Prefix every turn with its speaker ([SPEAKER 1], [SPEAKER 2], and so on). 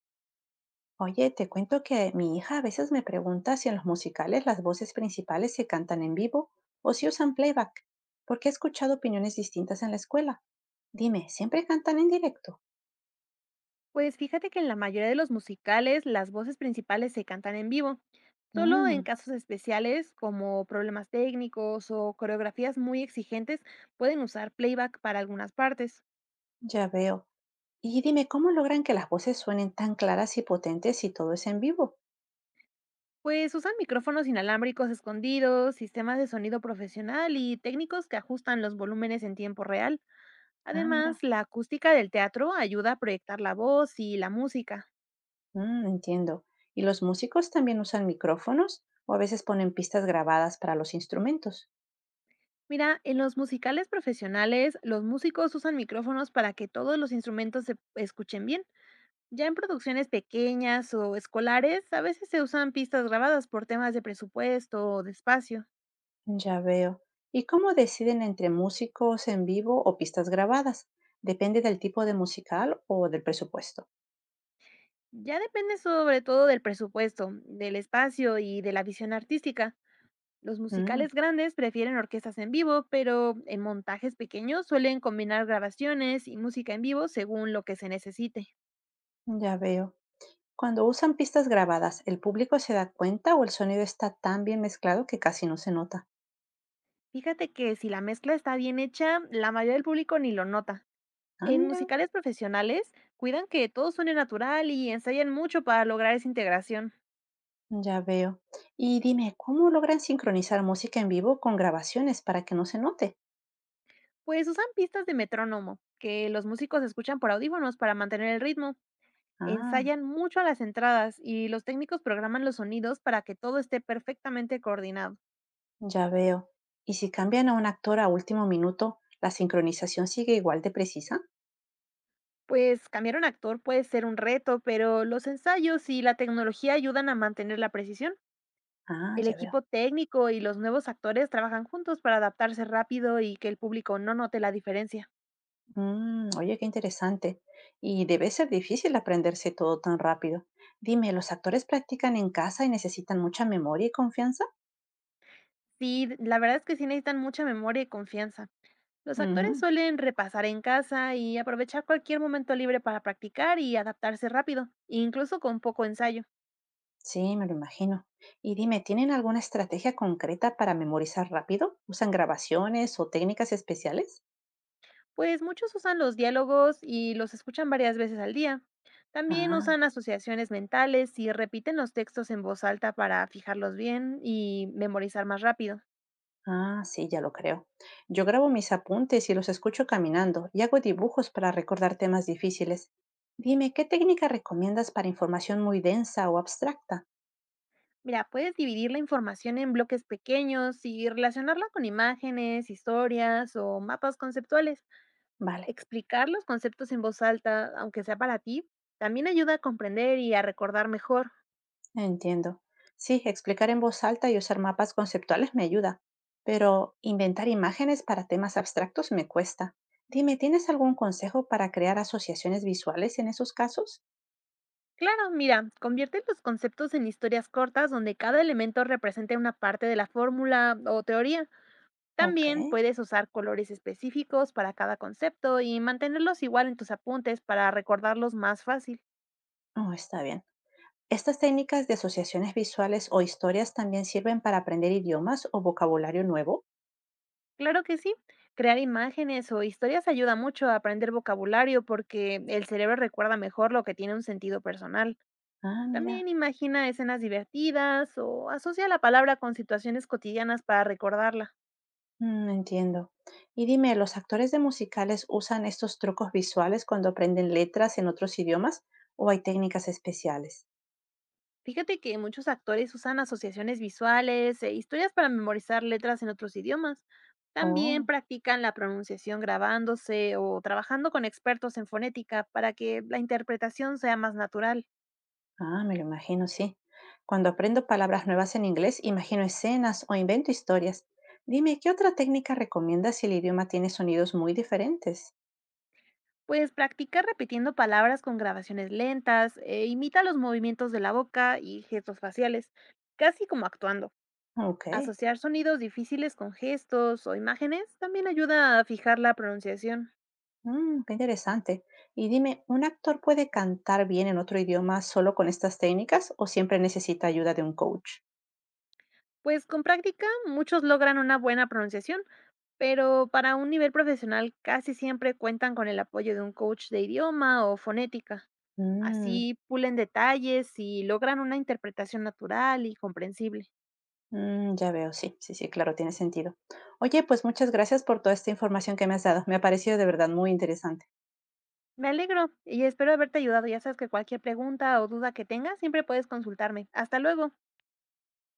[SPEAKER 1] Oye, te cuento que mi hija a veces me pregunta si en los musicales las voces principales se cantan en vivo o si usan playback, porque he escuchado opiniones distintas en la escuela. Dime, ¿siempre cantan en directo?
[SPEAKER 2] Pues fíjate que en la mayoría de los musicales las voces principales se cantan en vivo, solo en
[SPEAKER 1] Mm,
[SPEAKER 2] casos especiales como problemas técnicos o coreografías muy exigentes pueden usar playback para algunas partes.
[SPEAKER 1] ya veo. Y dime, ¿cómo logran que las voces suenen tan claras y potentes si todo es en vivo?
[SPEAKER 2] Pues usan micrófonos inalámbricos escondidos, sistemas de sonido profesional y técnicos que ajustan los volúmenes en tiempo real.
[SPEAKER 1] Ah, mira.
[SPEAKER 2] Además, la acústica del teatro ayuda a proyectar la voz y la música.
[SPEAKER 1] Entiendo. ¿Y los músicos también usan micrófonos o a veces ponen pistas grabadas para los instrumentos?
[SPEAKER 2] Mira, en los musicales profesionales, los músicos usan micrófonos para que todos los instrumentos se escuchen bien. Ya en producciones pequeñas o escolares, a veces se usan pistas grabadas por temas de presupuesto o de espacio.
[SPEAKER 1] Ya veo. ¿Y cómo deciden entre músicos en vivo o pistas grabadas? ¿Depende del tipo de musical o del presupuesto?
[SPEAKER 2] Ya depende sobre todo del presupuesto, del espacio y de la visión artística. Los
[SPEAKER 1] Mm,
[SPEAKER 2] musicales grandes prefieren orquestas en vivo, pero en montajes pequeños suelen combinar grabaciones y música en vivo según lo que se necesite.
[SPEAKER 1] ya veo. Cuando usan pistas grabadas, ¿el público se da cuenta o el sonido está tan bien mezclado que casi no se nota?
[SPEAKER 2] Fíjate que si la mezcla está bien hecha, la mayoría del público ni lo nota.
[SPEAKER 1] Ah,
[SPEAKER 2] En
[SPEAKER 1] mira,
[SPEAKER 2] musicales profesionales, cuidan que todo suene natural y ensayan mucho para lograr esa integración.
[SPEAKER 1] ya veo. Y dime, ¿cómo logran sincronizar música en vivo con grabaciones para que no se note?
[SPEAKER 2] Pues usan pistas de metrónomo, que los músicos escuchan por audífonos para mantener el ritmo.
[SPEAKER 1] Ah,
[SPEAKER 2] Ensayan mucho a las entradas y los técnicos programan los sonidos para que todo esté perfectamente coordinado.
[SPEAKER 1] ya veo. ¿Y si cambian a un actor a último minuto, la sincronización sigue igual de precisa?
[SPEAKER 2] Pues cambiar un actor puede ser un reto, pero los ensayos y la tecnología ayudan a mantener la precisión.
[SPEAKER 1] Ah,
[SPEAKER 2] El
[SPEAKER 1] ya veo.
[SPEAKER 2] equipo técnico y los nuevos actores trabajan juntos para adaptarse rápido y que el público no note la diferencia.
[SPEAKER 1] Mm, oye, qué interesante. Y debe ser difícil aprenderse todo tan rápido. Dime, ¿los actores practican en casa y necesitan mucha memoria y confianza?
[SPEAKER 2] Sí, la verdad es que sí necesitan mucha memoria y confianza. Los actores
[SPEAKER 1] Ujú.
[SPEAKER 2] suelen repasar en casa y aprovechar cualquier momento libre para practicar y adaptarse rápido, incluso con poco ensayo,
[SPEAKER 1] Sí, me lo imagino. Y dime, ¿tienen alguna estrategia concreta para memorizar rápido? ¿Usan grabaciones o técnicas especiales?
[SPEAKER 2] pues muchos usan los diálogos y los escuchan varias veces al día. También
[SPEAKER 1] Ah,
[SPEAKER 2] usan asociaciones mentales y repiten los textos en voz alta para fijarlos bien y memorizar más rápido.
[SPEAKER 1] sí, ya lo creo. Yo grabo mis apuntes y los escucho caminando y hago dibujos para recordar temas difíciles. Dime, ¿qué técnica recomiendas para información muy densa o abstracta?
[SPEAKER 2] Mira, puedes dividir la información en bloques pequeños y relacionarla con imágenes, historias o mapas conceptuales.
[SPEAKER 1] Vale.
[SPEAKER 2] Explicar los conceptos en voz alta, aunque sea para ti, también ayuda a comprender y a recordar mejor.
[SPEAKER 1] Entiendo. Sí, explicar en voz alta y usar mapas conceptuales me ayuda, pero inventar imágenes para temas abstractos me cuesta. Dime, ¿tienes algún consejo para crear asociaciones visuales en esos casos?
[SPEAKER 2] Claro, mira, convierte los conceptos en historias cortas donde cada elemento represente una parte de la fórmula o teoría.
[SPEAKER 1] Ok,
[SPEAKER 2] También puedes usar colores específicos para cada concepto y mantenerlos igual en tus apuntes para recordarlos más fácil.
[SPEAKER 1] oh, está bien. ¿Estas técnicas de asociaciones visuales o historias también sirven para aprender idiomas o vocabulario nuevo?
[SPEAKER 2] Claro que sí, crear imágenes o historias ayuda mucho a aprender vocabulario porque el cerebro recuerda mejor lo que tiene un sentido personal.
[SPEAKER 1] Ah, mira.
[SPEAKER 2] También imagina escenas divertidas o asocia la palabra con situaciones cotidianas para recordarla.
[SPEAKER 1] Entiendo. Y dime, ¿los actores de musicales usan estos trucos visuales cuando aprenden letras en otros idiomas o hay técnicas especiales?
[SPEAKER 2] Fíjate que muchos actores usan asociaciones visuales e historias para memorizar letras en otros idiomas. También
[SPEAKER 1] Oh,
[SPEAKER 2] practican la pronunciación grabándose o trabajando con expertos en fonética para que la interpretación sea más natural.
[SPEAKER 1] Me lo imagino, sí. Cuando aprendo palabras nuevas en inglés, imagino escenas o invento historias. Dime, ¿qué otra técnica recomiendas si el idioma tiene sonidos muy diferentes?
[SPEAKER 2] Pues practicar repitiendo palabras con grabaciones lentas e imita los movimientos de la boca y gestos faciales, casi como actuando.
[SPEAKER 1] Ok,
[SPEAKER 2] Asociar sonidos difíciles con gestos o imágenes también ayuda a fijar la pronunciación.
[SPEAKER 1] mm, qué interesante. Y dime, ¿un actor puede cantar bien en otro idioma solo con estas técnicas o siempre necesita ayuda de un coach?
[SPEAKER 2] Pues con práctica muchos logran una buena pronunciación, pero para un nivel profesional casi siempre cuentan con el apoyo de un coach de idioma o fonética.
[SPEAKER 1] Mm,
[SPEAKER 2] Así pulen detalles y logran una interpretación natural y comprensible.
[SPEAKER 1] ya veo, sí, sí, sí, claro, tiene sentido. Oye, pues muchas gracias por toda esta información que me has dado. Me ha parecido de verdad muy interesante.
[SPEAKER 2] Me alegro y espero haberte ayudado. Ya sabes que cualquier pregunta o duda que tengas siempre puedes consultarme. Hasta luego.